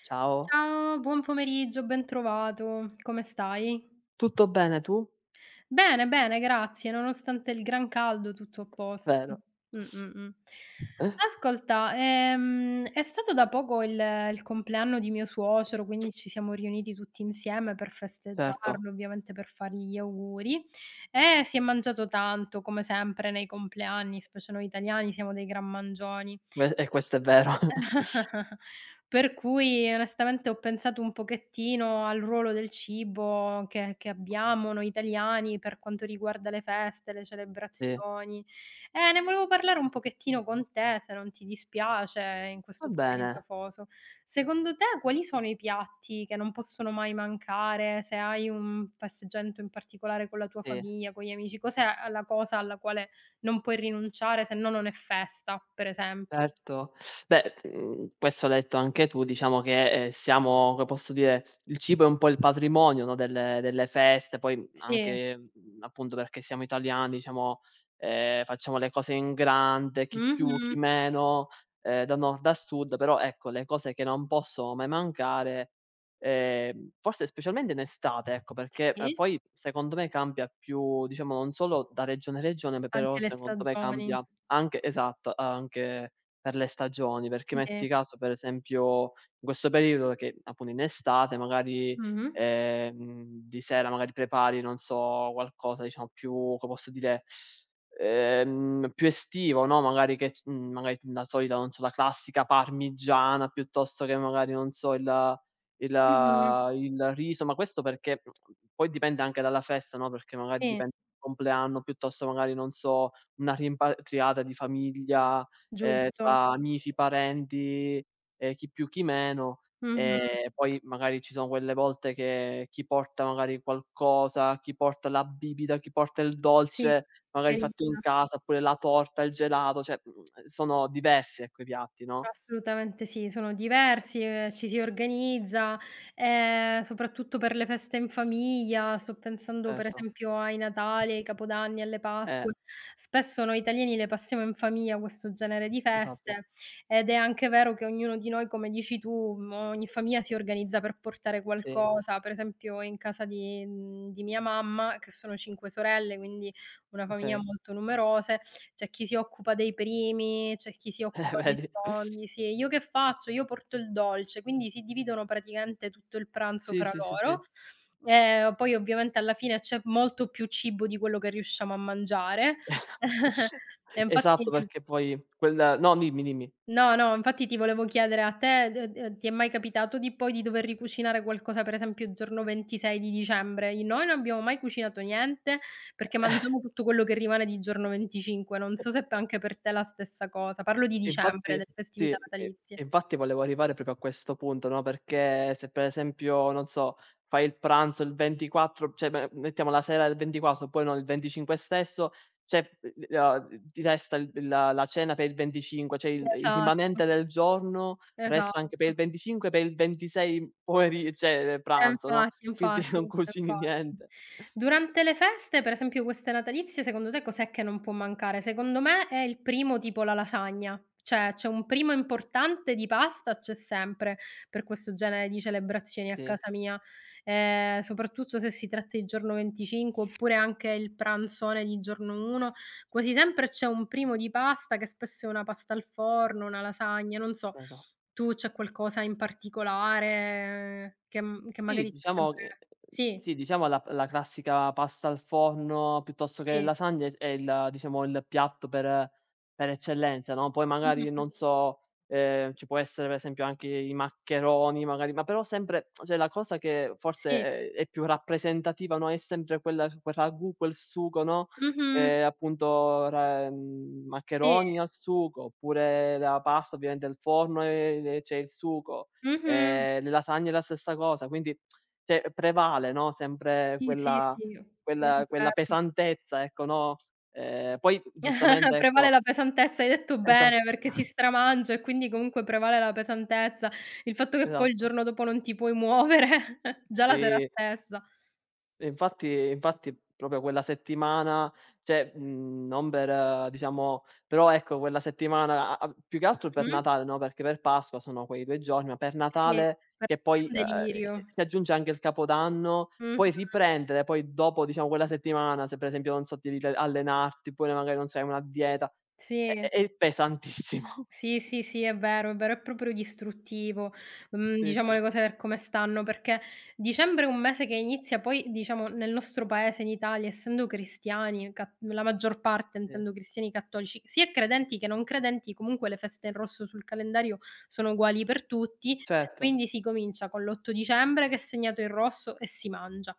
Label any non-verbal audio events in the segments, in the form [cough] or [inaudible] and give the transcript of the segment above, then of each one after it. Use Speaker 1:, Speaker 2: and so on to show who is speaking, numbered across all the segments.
Speaker 1: Ciao,
Speaker 2: Ciao, buon pomeriggio, ben trovato. Come stai?
Speaker 1: tutto bene tu?
Speaker 2: Bene, bene, grazie. Nonostante il gran caldo, tutto a posto.
Speaker 1: Vero,
Speaker 2: Mh, mh, mh.
Speaker 1: eh,
Speaker 2: Ascolta, è stato da poco il compleanno di mio suocero, quindi ci siamo riuniti tutti insieme per
Speaker 1: certo,
Speaker 2: festeggiarlo, ovviamente per fargli gli auguri e si è mangiato tanto, come sempre nei compleanni, specie noi italiani siamo dei gran mangioni.
Speaker 1: que e questo è vero. [laughs]
Speaker 2: [laughs] Per cui onestamente ho pensato un pochettino al ruolo del cibo che abbiamo noi italiani per quanto riguarda le feste, le
Speaker 1: Sì,
Speaker 2: celebrazioni. Ne volevo parlare un pochettino con te, se non ti dispiace, in
Speaker 1: va
Speaker 2: questo pomeriggio
Speaker 1: bene,
Speaker 2: afoso. Secondo te quali sono i piatti che non possono mai mancare, se hai un passeggento in particolare con la tua
Speaker 1: sì.
Speaker 2: famiglia, con gli amici? Cos'è la cosa alla quale non puoi rinunciare, se no non è festa, per esempio?
Speaker 1: Certo. Beh, questo l'hai detto anche tu, diciamo che, siamo come posso dire, il cibo è un po' il patrimonio, no, delle feste, poi,
Speaker 2: Sì.
Speaker 1: anche, appunto perché siamo italiani, diciamo, facciamo le cose in grande, chi più, chi
Speaker 2: Mh-mh.
Speaker 1: meno, da nord a sud, però ecco, le cose che non possono mai mancare, forse specialmente in estate, ecco, perché,
Speaker 2: Sì,
Speaker 1: poi secondo me cambia più diciamo non solo da regione a regione, ma però
Speaker 2: anche le
Speaker 1: secondo me
Speaker 2: stagioni.
Speaker 1: cambia anche esatto, anche per le stagioni, perché
Speaker 2: Sì.
Speaker 1: metti caso, per esempio, in questo periodo che appunto in estate magari,
Speaker 2: Mh-mh.
Speaker 1: di sera magari prepari, non so, qualcosa diciamo più, come posso dire, più estivo, no, magari che c mhmm, magari la solita, non so, la classica parmigiana, piuttosto che magari, non so, il
Speaker 2: Mh-mh.
Speaker 1: il riso, ma questo perché poi dipende anche dalla festa, no, perché magari
Speaker 2: Sì,
Speaker 1: dipende compleanno, piuttosto magari, non so, una rimpatriata di famiglia,
Speaker 2: giusto.
Speaker 1: tra amici, parenti, chi più chi meno,
Speaker 2: Mh-mh.
Speaker 1: poi magari ci sono quelle volte che chi porta magari qualcosa, chi porta la bibita, chi porta il
Speaker 2: Sì,
Speaker 1: dolce magari fatto in
Speaker 2: organizza.
Speaker 1: casa, oppure la torta, il gelato, cioè, sono diversi ecco i piatti, no,
Speaker 2: Assolutamente sì, sono diversi, ci si organizza, soprattutto per le feste in famiglia. Sto pensando per
Speaker 1: certo.
Speaker 2: esempio ai Natali, ai Capodanni, alle
Speaker 1: Eh,
Speaker 2: Pasque. Spesso noi italiani le passiamo in famiglia questo genere di
Speaker 1: esatto.
Speaker 2: feste, ed è anche vero che ognuno di noi, come dici tu, ogni famiglia si organizza per portare
Speaker 1: Sì,
Speaker 2: qualcosa. Per esempio in casa di mia mamma, che sono 5 sorelle, quindi una famiglia
Speaker 1: okay.
Speaker 2: molto numerose c'è chi si occupa dei primi, c'è chi si
Speaker 1: [laughs]
Speaker 2: occupa dei
Speaker 1: Vedi?
Speaker 2: secondi, sì. E io che faccio? Io porto il dolce, quindi si dividono praticamente tutto il pranzo
Speaker 1: Sì,
Speaker 2: fra
Speaker 1: sì, sì, sì.
Speaker 2: loro. Poi ovviamente alla fine c'è molto più cibo di quello che riusciamo a mangiare.
Speaker 1: [laughs]
Speaker 2: [laughs] E
Speaker 1: Esatto,
Speaker 2: infatti
Speaker 1: perché poi quel no, dimmi, dimmi.
Speaker 2: no, no, infatti ti volevo chiedere a te, d d ti è mai capitato di poi di dover ricucinare qualcosa, per esempio il giorno 26 di dicembre? I Noi non abbiamo mai cucinato niente, perché mangiamo tutto quello che rimane di giorno 25. Non so se p anche per te è la stessa cosa. Parlo di
Speaker 1: E
Speaker 2: dicembre,
Speaker 1: infatti
Speaker 2: delle
Speaker 1: sì,
Speaker 2: festività
Speaker 1: e
Speaker 2: natalizie.
Speaker 1: e infatti volevo arrivare proprio a questo punto, no, perché se per esempio, non so, fai il pranzo il 24, cioè me mettiamo la sera del 24, poi no, il 25 stesso, cioè, l ti resta il la la cena per il 25, cioè il
Speaker 2: Esatto,
Speaker 1: rimanente del giorno resta anche per
Speaker 2: esatto.
Speaker 1: il 25, per il 26 pomeri cioè
Speaker 2: Eh
Speaker 1: pranzo, no,
Speaker 2: infatti,
Speaker 1: quindi [laughs]
Speaker 2: infatti,
Speaker 1: non cucini
Speaker 2: infatti.
Speaker 1: niente.
Speaker 2: Durante le feste, per esempio queste natalizie, secondo te cos'è che non può mancare? Secondo me è il primo tipo la lasagna, cioè c'è un primo importante di pasta, c'è sempre per questo genere di celebrazioni a
Speaker 1: Sì,
Speaker 2: casa mia, soprattutto se si tratta di giorno 25 oppure anche il pranzone di giorno 1. Quasi sempre c'è un primo di pasta che spesso è una pasta al forno, una lasagna, non so.
Speaker 1: vero.
Speaker 2: Tu c'è qualcosa in particolare che m che
Speaker 1: Sì,
Speaker 2: magari c'è
Speaker 1: diciamo che
Speaker 2: sempre sì,
Speaker 1: sì, diciamo la classica pasta al forno piuttosto che
Speaker 2: sì.
Speaker 1: lasagne è il diciamo il piatto per eccellenza, no, poi magari
Speaker 2: Mh-mh.
Speaker 1: non so, ci può essere per esempio anche i maccheroni magari, ma però sempre cioè la cosa che
Speaker 2: Sì.
Speaker 1: forse è più rappresentativa, no, è sempre quella quel ragù, quel sugo, no,
Speaker 2: Mh-mh.
Speaker 1: appunto
Speaker 2: Sì.
Speaker 1: maccheroni al sugo, oppure la pasta ovviamente al forno e c'è il sugo,
Speaker 2: Mh-mh.
Speaker 1: le lasagne è la stessa cosa, quindi cioè prevale, no, sempre
Speaker 2: Sì, sì,
Speaker 1: quella
Speaker 2: sì, è
Speaker 1: quella quella
Speaker 2: vero.
Speaker 1: pesantezza, ecco, no, poi giustamente
Speaker 2: [laughs] Prevale
Speaker 1: ecco
Speaker 2: la pesantezza, hai detto
Speaker 1: esatto.
Speaker 2: bene, perché si
Speaker 1: [laughs]
Speaker 2: stramangia e quindi comunque prevale la pesantezza. Il fatto che poi il
Speaker 1: Esatto.
Speaker 2: giorno dopo non ti puoi muovere, [laughs] già la sera
Speaker 1: Sì.
Speaker 2: stessa.
Speaker 1: E infatti proprio quella settimana, cioè, non per diciamo però ecco quella settimana a più che altro per
Speaker 2: Mh-mh.
Speaker 1: Natale, no, perché per Pasqua sono quei 2 giorni, ma per
Speaker 2: Sì,
Speaker 1: Natale
Speaker 2: per
Speaker 1: che
Speaker 2: me è
Speaker 1: poi,
Speaker 2: un
Speaker 1: e
Speaker 2: delirio.
Speaker 1: si aggiunge anche il Capodanno,
Speaker 2: Mh-mh.
Speaker 1: poi riprendere, poi dopo diciamo quella settimana, se per esempio non so ti devi le allenarti, oppure magari non so hai una dieta, è
Speaker 2: Sì.
Speaker 1: è è pesantissimo.
Speaker 2: Sì,
Speaker 1: [laughs]
Speaker 2: sì, sì, è vero, è vero, è proprio distruttivo. Mhmm,
Speaker 1: Sì,
Speaker 2: diciamo
Speaker 1: sì,
Speaker 2: le cose per come stanno, perché dicembre è un mese che inizia poi, diciamo, nel nostro paese, in Italia, essendo cristiani, ca la maggior parte
Speaker 1: sì.
Speaker 2: intendo cristiani cattolici, sia credenti che non credenti, comunque le feste in rosso sul calendario sono uguali per tutti,
Speaker 1: Certo.
Speaker 2: quindi si comincia con l'8 dicembre che è segnato in rosso e si mangia.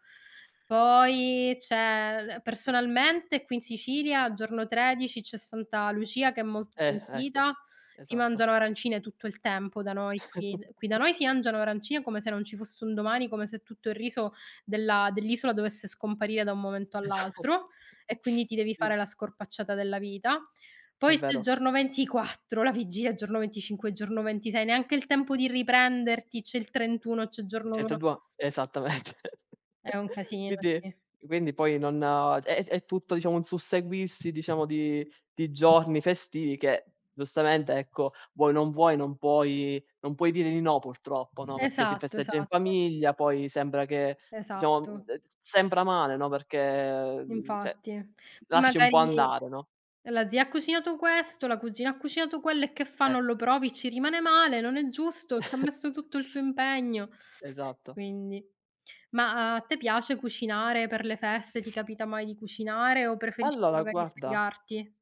Speaker 2: Poi c'è personalmente qui in Sicilia al giorno 13 c'è Santa Lucia che è molto
Speaker 1: Ecco.
Speaker 2: pentita, si
Speaker 1: Esatto.
Speaker 2: mangiano arancine tutto il tempo da noi qui
Speaker 1: [laughs]
Speaker 2: qui da noi si mangiano arancine come se non ci fosse un domani, come se tutto il riso della dell'isola dovesse scomparire da un momento
Speaker 1: Esatto.
Speaker 2: all'altro e quindi ti devi
Speaker 1: Sì.
Speaker 2: fare la scorpacciata della vita.
Speaker 1: È
Speaker 2: Poi c'è il
Speaker 1: vero.
Speaker 2: giorno 24, la vigilia, il giorno 25, il giorno 26, neanche il tempo di riprenderti, c'è il 31, c'è il giorno
Speaker 1: Ceh Tra
Speaker 2: 1.
Speaker 1: due esattamente.
Speaker 2: È un
Speaker 1: [laughs]
Speaker 2: casino,
Speaker 1: Quindi
Speaker 2: sì.
Speaker 1: poi non è tutto diciamo un susseguirsi, diciamo, di giorni festivi che giustamente, ecco, vuoi non vuoi, non puoi dire di no purtroppo, no, perché si
Speaker 2: Esatto,
Speaker 1: festeggia in
Speaker 2: esatto,
Speaker 1: famiglia, poi sembra che
Speaker 2: esatto.
Speaker 1: diciamo, sembra male, no, perché, cioè
Speaker 2: Infatti.
Speaker 1: lasci un po'
Speaker 2: Magari
Speaker 1: andare, no,
Speaker 2: la zia ha cucinato questo, la cugina ha cucinato quello e che fa? Non lo
Speaker 1: ecco.
Speaker 2: provi, ci rimane male, non è giusto, c'ha messo
Speaker 1: [laughs]
Speaker 2: tutto il suo impegno.
Speaker 1: Esatto.
Speaker 2: Quindi ma a te piace cucinare per le feste? Ti capita mai di cucinare o preferisci
Speaker 1: Allora
Speaker 2: magari
Speaker 1: guarda
Speaker 2: sbrigarti?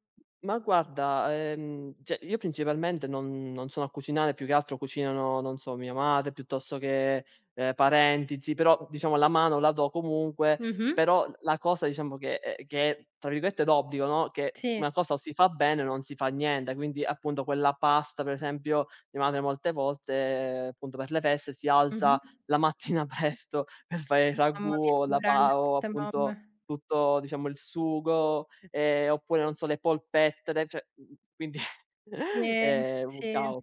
Speaker 1: Ma guarda, cioè io principalmente non sono a cucinare, più che altro cucinano, non so, mia madre piuttosto che, parenti, zii, però diciamo la mano la do comunque,
Speaker 2: Mh-mh.
Speaker 1: però la cosa diciamo che è tra virgolette "d'obbligo", no, che
Speaker 2: Sì.
Speaker 1: una cosa o si fa bene o non si fa niente, quindi appunto quella pasta per esempio mia madre molte volte, appunto per le feste si
Speaker 2: Mh-mh.
Speaker 1: alza la mattina [laughs] presto per fare il ragù
Speaker 2: Mamma mia,
Speaker 1: o la
Speaker 2: poverelle
Speaker 1: pa o
Speaker 2: queste mamme.
Speaker 1: appunto tutto diciamo il sugo, oppure non so le polpette, cioè, quindi [laughs]
Speaker 2: Sì,
Speaker 1: è un
Speaker 2: sì.
Speaker 1: caos,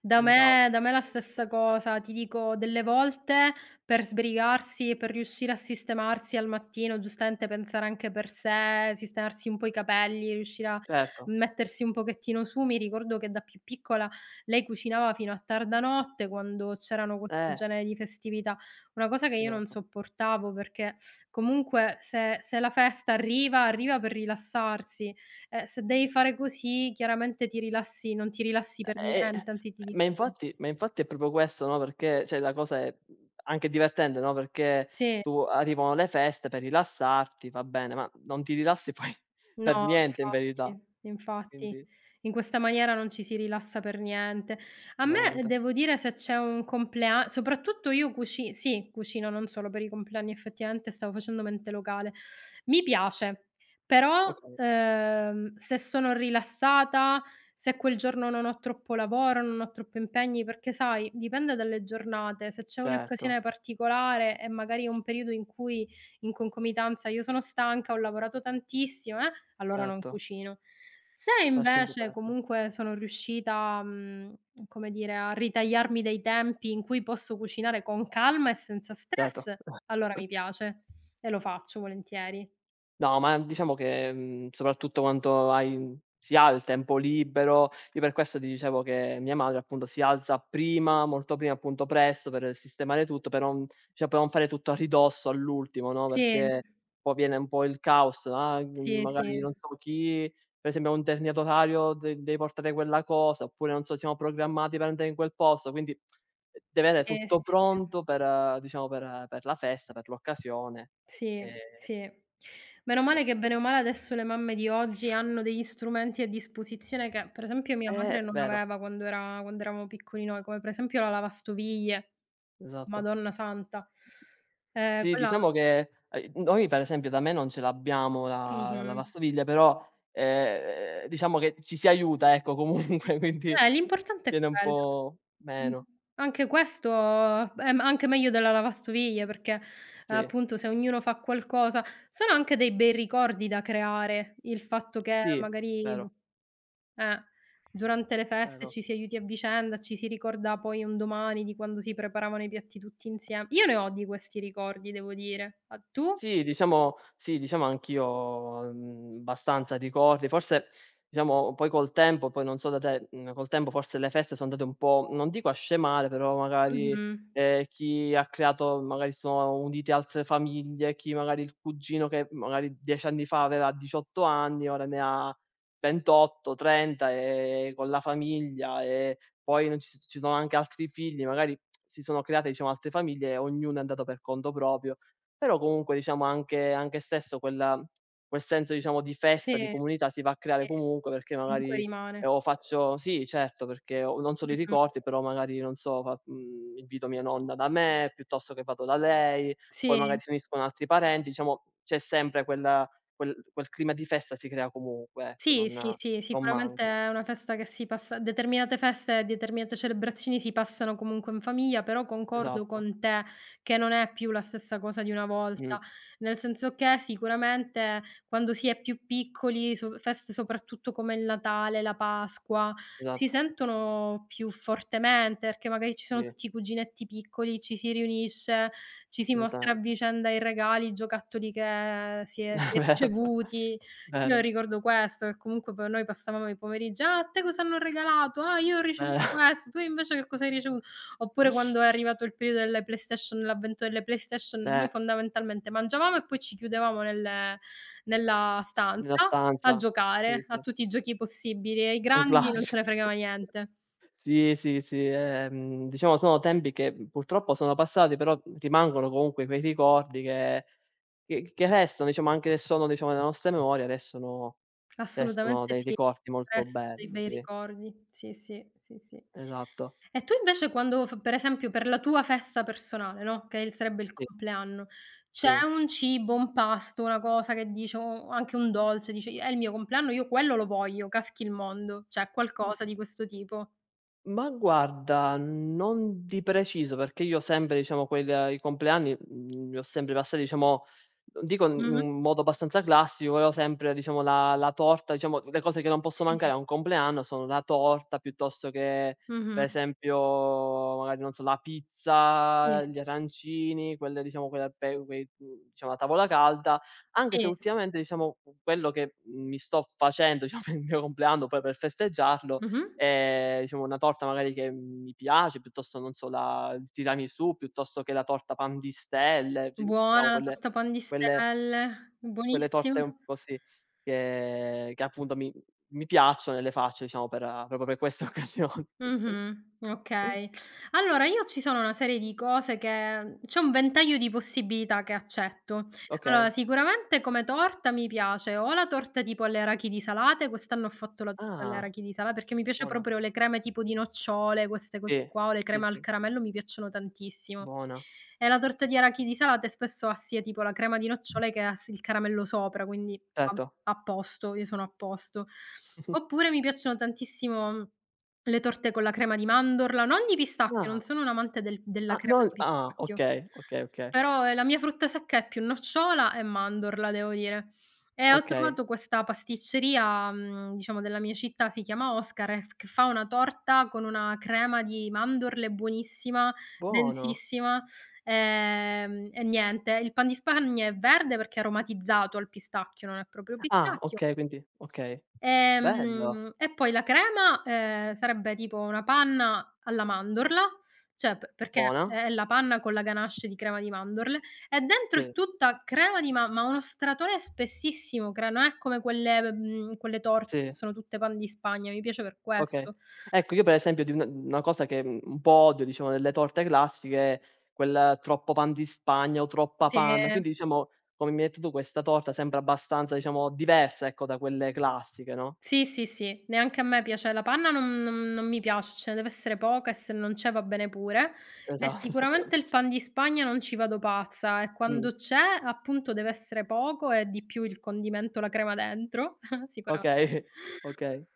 Speaker 2: Da
Speaker 1: un caos.
Speaker 2: me da me la stessa cosa. Ti dico, delle volte per sbrigarsi e per riuscire a sistemarsi al mattino, giustamente pensare anche per sé, sistemarsi un po' i capelli, riuscire a
Speaker 1: Certo,
Speaker 2: mettersi un pochettino su, mi ricordo che da più piccola lei cucinava fino a tarda notte quando c'erano questo
Speaker 1: eh,
Speaker 2: genere di festività. Una cosa che io non
Speaker 1: esatto.
Speaker 2: sopportavo perché comunque se la festa arriva, arriva per rilassarsi. Se devi fare così chiaramente ti rilassi non ti rilassi per
Speaker 1: E
Speaker 2: niente, anzi ti
Speaker 1: ma
Speaker 2: distruggi.
Speaker 1: infatti ma infatti è proprio questo, no, perché cioè la cosa è anche divertente, no, perché
Speaker 2: Sì.
Speaker 1: tu arrivano le feste per rilassarti, va bene, ma non ti rilassi [laughs] poi per
Speaker 2: No,
Speaker 1: niente in verità,
Speaker 2: infatti, infatti.
Speaker 1: quindi
Speaker 2: In questa maniera non ci si rilassa per niente. A me
Speaker 1: veramente.
Speaker 2: devo dire se c'è un complea soprattutto io cuci sì, cucino non solo per i compleanni effettivamente, stavo facendo mente locale. Mi piace, però,
Speaker 1: Okay,
Speaker 2: se sono rilassata, se quel giorno non ho troppo lavoro, non ho troppi impegni, perché sai, dipende dalle giornate. Se c'è
Speaker 1: certo,
Speaker 2: un'occasione particolare e magari un periodo in cui in concomitanza io sono stanca, ho lavorato tantissimo, allora non
Speaker 1: certo,
Speaker 2: cucino. Se
Speaker 1: lasciamo
Speaker 2: invece
Speaker 1: perdere,
Speaker 2: comunque sono riuscita, come dire, a ritagliarmi dei tempi in cui posso cucinare con calma e senza
Speaker 1: certo.
Speaker 2: stress, allora mi piace e lo faccio volentieri.
Speaker 1: No, ma diciamo che, soprattutto quando si ha il tempo libero, io per questo ti dicevo che mia madre appunto si alza prima, molto prima, appunto presto per sistemare tutto, per non cioè per non fare tutto a ridosso, all'ultimo, no,
Speaker 2: Sì,
Speaker 1: perché poi viene un po' il caos, ah,
Speaker 2: sì,
Speaker 1: magari
Speaker 2: sì.
Speaker 1: non so chi per esempio ha un determinato orario, de devi portare quella cosa, oppure non so siamo programmati per andare in quel posto, quindi deve avere
Speaker 2: Sì, sì,
Speaker 1: tutto
Speaker 2: sì.
Speaker 1: pronto per diciamo per la festa, per l'occasione.
Speaker 2: Sì,
Speaker 1: Ehm,
Speaker 2: sì. Meno male che bene o
Speaker 1: appunto.
Speaker 2: male adesso le mamme di oggi hanno degli strumenti a disposizione che, per esempio, mia madre non
Speaker 1: Vero,
Speaker 2: aveva quando eravamo piccoli noi, come per esempio la lavastoviglie.
Speaker 1: esatto.
Speaker 2: Madonna santa.
Speaker 1: Sì,
Speaker 2: Quella
Speaker 1: diciamo che, noi per esempio da me non ce l'abbiamo la
Speaker 2: mh-mh.
Speaker 1: lavastoviglie, però, diciamo che ci si aiuta ecco [laughs] comunque, quindi
Speaker 2: L'importante è
Speaker 1: viene un
Speaker 2: quello.
Speaker 1: po'
Speaker 2: Mh.
Speaker 1: meno.
Speaker 2: Anche questo è m anche meglio della lavastoviglie perché,
Speaker 1: Sì,
Speaker 2: appunto, se ognuno fa qualcosa sono anche dei bei ricordi da creare, il fatto che
Speaker 1: sì,
Speaker 2: magari
Speaker 1: vero,
Speaker 2: eh. Durante le feste
Speaker 1: vero.
Speaker 2: ci si aiuti a vicenda, ci si ricorda poi un domani di quando si preparavano i piatti tutti insieme. Io ne ho di questi ricordi, devo dire. A tu?
Speaker 1: Sì, diciamo anch'io, abbastanza ricordi. Forse, diciamo, poi col tempo, poi non so da te, col tempo forse le feste sono andate un po', non dico a scemare, però magari,
Speaker 2: Mh-mh.
Speaker 1: chi ha creato magari si sono unite altre famiglie, chi magari il cugino che magari 10 anni fa aveva 18 anni, ora ne ha 28, 30, con la famiglia e poi non ci sono anche altri figli, magari si sono create, diciamo, altre famiglie e ognuno è andato per conto proprio. Però comunque diciamo anche stesso quella quel senso diciamo di festa,
Speaker 2: Sì,
Speaker 1: di comunità si va a creare
Speaker 2: sì,
Speaker 1: comunque perché
Speaker 2: mh. Comunque
Speaker 1: magari,
Speaker 2: rimane.
Speaker 1: o faccio sì certo, perché ho non solo i
Speaker 2: Mh-mh.
Speaker 1: ricordi, però magari non so invito mia nonna da me, piuttosto che vado da lei, poi magari
Speaker 2: Sì.
Speaker 1: si uniscono altri parenti, diciamo c'è sempre quella quel clima di festa si crea comunque, ecco,
Speaker 2: Sì, sì, sì,
Speaker 1: non
Speaker 2: sicuramente
Speaker 1: manca.
Speaker 2: è una festa che si passa determinate feste e determinate celebrazioni si passano comunque in famiglia, però concordo
Speaker 1: Esatto.
Speaker 2: con te che non è più la stessa cosa di una volta,
Speaker 1: Mh.
Speaker 2: nel senso che sicuramente quando si è più piccoli, feste soprattutto come il Natale, la Pasqua, si
Speaker 1: Esatto.
Speaker 2: sentono più fortemente, perché magari ci sono
Speaker 1: Sì,
Speaker 2: tutti i cuginetti piccoli, ci si riunisce, ci si mostra a
Speaker 1: esattamente.
Speaker 2: vicenda i regali, i giocattoli che si è
Speaker 1: [laughs] È
Speaker 2: si è
Speaker 1: vero. [laughs]
Speaker 2: ricevuti. Io
Speaker 1: Vero.
Speaker 2: ricordo questo, che comunque poi noi passavamo i pomeriggi: "Ah, a te cosa hanno regalato? Ah, io ho ricevuto
Speaker 1: Eh.
Speaker 2: questo, tu invece che cosa hai ricevuto?" Oppure
Speaker 1: [laughs]
Speaker 2: quando è arrivato il periodo delle PlayStation l'avvento delle PlayStation,
Speaker 1: Eh.
Speaker 2: noi fondamentalmente mangiavamo e poi ci chiudevamo nelle nella
Speaker 1: Nella
Speaker 2: stanza a
Speaker 1: stanza, sì,
Speaker 2: giocare a
Speaker 1: sì,
Speaker 2: tutti i giochi possibili, e ai
Speaker 1: un
Speaker 2: grandi non
Speaker 1: classi
Speaker 2: ce
Speaker 1: [laughs]
Speaker 2: ne fregava niente.
Speaker 1: Sì, sì, sì, diciamo sono tempi che, purtroppo sono passati, però rimangono comunque quei ricordi che restano, diciamo anche se sono diciamo nella nostra memoria, restano
Speaker 2: Assolutamente
Speaker 1: dei
Speaker 2: sì,
Speaker 1: ricordi molto
Speaker 2: restano dei
Speaker 1: belli,
Speaker 2: bei
Speaker 1: sì,
Speaker 2: ricordi. Sì, sì, sì, sì.
Speaker 1: esatto.
Speaker 2: E tu invece quando f per esempio per la tua festa personale, no, che il sarebbe il
Speaker 1: Sì,
Speaker 2: compleanno,
Speaker 1: sì.
Speaker 2: c'è un cibo, un pasto, una cosa che dici o anche un dolce, dici: "È il mio compleanno, io quello lo voglio, caschi il mondo." C'è qualcosa di questo tipo?
Speaker 1: Ma guarda, non di preciso, perché io sempre diciamo quel i compleanni, li ho sempre passati diciamo non dico in
Speaker 2: Mh-mh.
Speaker 1: un modo abbastanza classico, però sempre diciamo la torta, diciamo le cose che non posso
Speaker 2: Sì.
Speaker 1: mancare a un compleanno sono la torta, piuttosto che per
Speaker 2: Mh-mh.
Speaker 1: esempio magari non so, la
Speaker 2: Sì,
Speaker 1: pizza, gli arancini, quelle diciamo quella pe quei mhmm, diciamo a tavola calda, anche se
Speaker 2: sì.
Speaker 1: ultimamente diciamo quello che mi sto facendo [laughs] diciamo per il mio compleanno, poi per festeggiarlo
Speaker 2: Mh-mh.
Speaker 1: diciamo una torta magari che mi piace, piuttosto non so la il tiramisù, piuttosto che la torta pan di stelle, ci diciamo
Speaker 2: Buona la torta pan di
Speaker 1: quelle
Speaker 2: stelle,
Speaker 1: quelle torte
Speaker 2: buonissima.
Speaker 1: un po' sì, che appunto mi piacciono e le faccio diciamo per proprio per queste occasioni. [laughs]
Speaker 2: Mh-mh, okay. Allora io ci sono una serie di cose che c'è un ventaglio di possibilità che accetto. Allora
Speaker 1: Okay.
Speaker 2: sicuramente come torta mi piace o la torta tipo alle arachidi salate, quest'anno ho fatto la torta alle
Speaker 1: Ah,
Speaker 2: arachidi sala perché mi piace
Speaker 1: buona.
Speaker 2: proprio le creme tipo di nocciole, queste cose
Speaker 1: Sì,
Speaker 2: qua, o le
Speaker 1: sì,
Speaker 2: creme al
Speaker 1: sì,
Speaker 2: caramello mi piacciono tantissimo.
Speaker 1: buona.
Speaker 2: E la torta di arachidi salate spesso assia tipo la crema di nocciole che ha s il caramello sopra, quindi a
Speaker 1: Certo.
Speaker 2: a posto, io sono a posto.
Speaker 1: [laughs]
Speaker 2: Oppure mi piacciono tantissimo le torte con la crema di mandorla, non di pistacchio,
Speaker 1: Ah,
Speaker 2: non sono un amante della
Speaker 1: ah
Speaker 2: crema
Speaker 1: non
Speaker 2: di
Speaker 1: ah,
Speaker 2: pistacchio.
Speaker 1: okay, okay, okay,
Speaker 2: Però, la mia frutta secca è più nocciola e mandorla, devo dire. E ho
Speaker 1: okay.
Speaker 2: trovato questa pasticceria, diciamo della mia città, si chiama Oscar e f che fa una torta con una crema di mandorle buonissima,
Speaker 1: Buono.
Speaker 2: densissima, e niente, il pan di Spagna è verde perché è aromatizzato al pistacchio, non è proprio
Speaker 1: Ah,
Speaker 2: pistacchio.
Speaker 1: okay, quindi okay. Bello.
Speaker 2: E poi la crema, sarebbe tipo una panna alla mandorla, cioè p perché
Speaker 1: Buona?
Speaker 2: è la panna con la ganache di crema di mandorle e dentro è
Speaker 1: Sì.
Speaker 2: tutta crema di uno stratone spessissimo cre non è come quelle quelle torte che
Speaker 1: Sì,
Speaker 2: sono tutte pan di Spagna, mi piace per
Speaker 1: okay.
Speaker 2: questo.
Speaker 1: Ecco, io per esempio di una cosa che, un po' odio, diciamo, delle torte classiche è quel troppo pan di Spagna o troppa
Speaker 2: Sì.
Speaker 1: panna, quindi diciamo, come mi hai detto tu, questa torta sembra abbastanza, diciamo, diversa, ecco, da quelle classiche, no,
Speaker 2: Sì, sì, sì, neanche a me piace la panna, non mi piace, ce ne deve essere poca e se non c'è va bene pure. E
Speaker 1: esatto. [laughs]
Speaker 2: sicuramente il pan di Spagna non ci vado pazza e
Speaker 1: Mh,
Speaker 2: quando c'è, appunto, deve essere poco e di più il condimento, la crema dentro, [laughs] sicura
Speaker 1: okay, okay.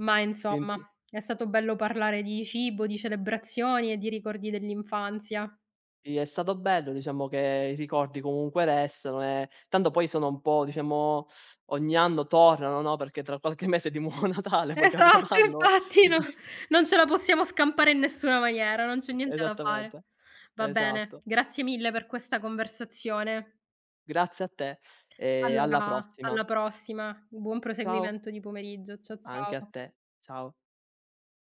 Speaker 2: ma insomma,
Speaker 1: Quindi
Speaker 2: è stato bello parlare di cibo, di celebrazioni e di ricordi dell'infanzia.
Speaker 1: sì, è stato bello, diciamo, che i ricordi comunque restano e tanto poi sono un po', diciamo ogni anno tornano, no, perché tra qualche mese è di nuovo
Speaker 2: [laughs]
Speaker 1: Natale, poi
Speaker 2: Esatto,
Speaker 1: Capodanno,
Speaker 2: infatti no
Speaker 1: quindi.
Speaker 2: non ce la possiamo scampare in nessuna maniera, non c'è niente da fare.
Speaker 1: Esattamente.
Speaker 2: Va bene,
Speaker 1: Esatto.
Speaker 2: grazie mille per questa conversazione.
Speaker 1: Grazie a te e alla
Speaker 2: Allora
Speaker 1: prossima.
Speaker 2: alla prossima, buon
Speaker 1: Ciao.
Speaker 2: proseguimento di pomeriggio.
Speaker 1: Anche a
Speaker 2: Ciao.
Speaker 1: te. Ciao.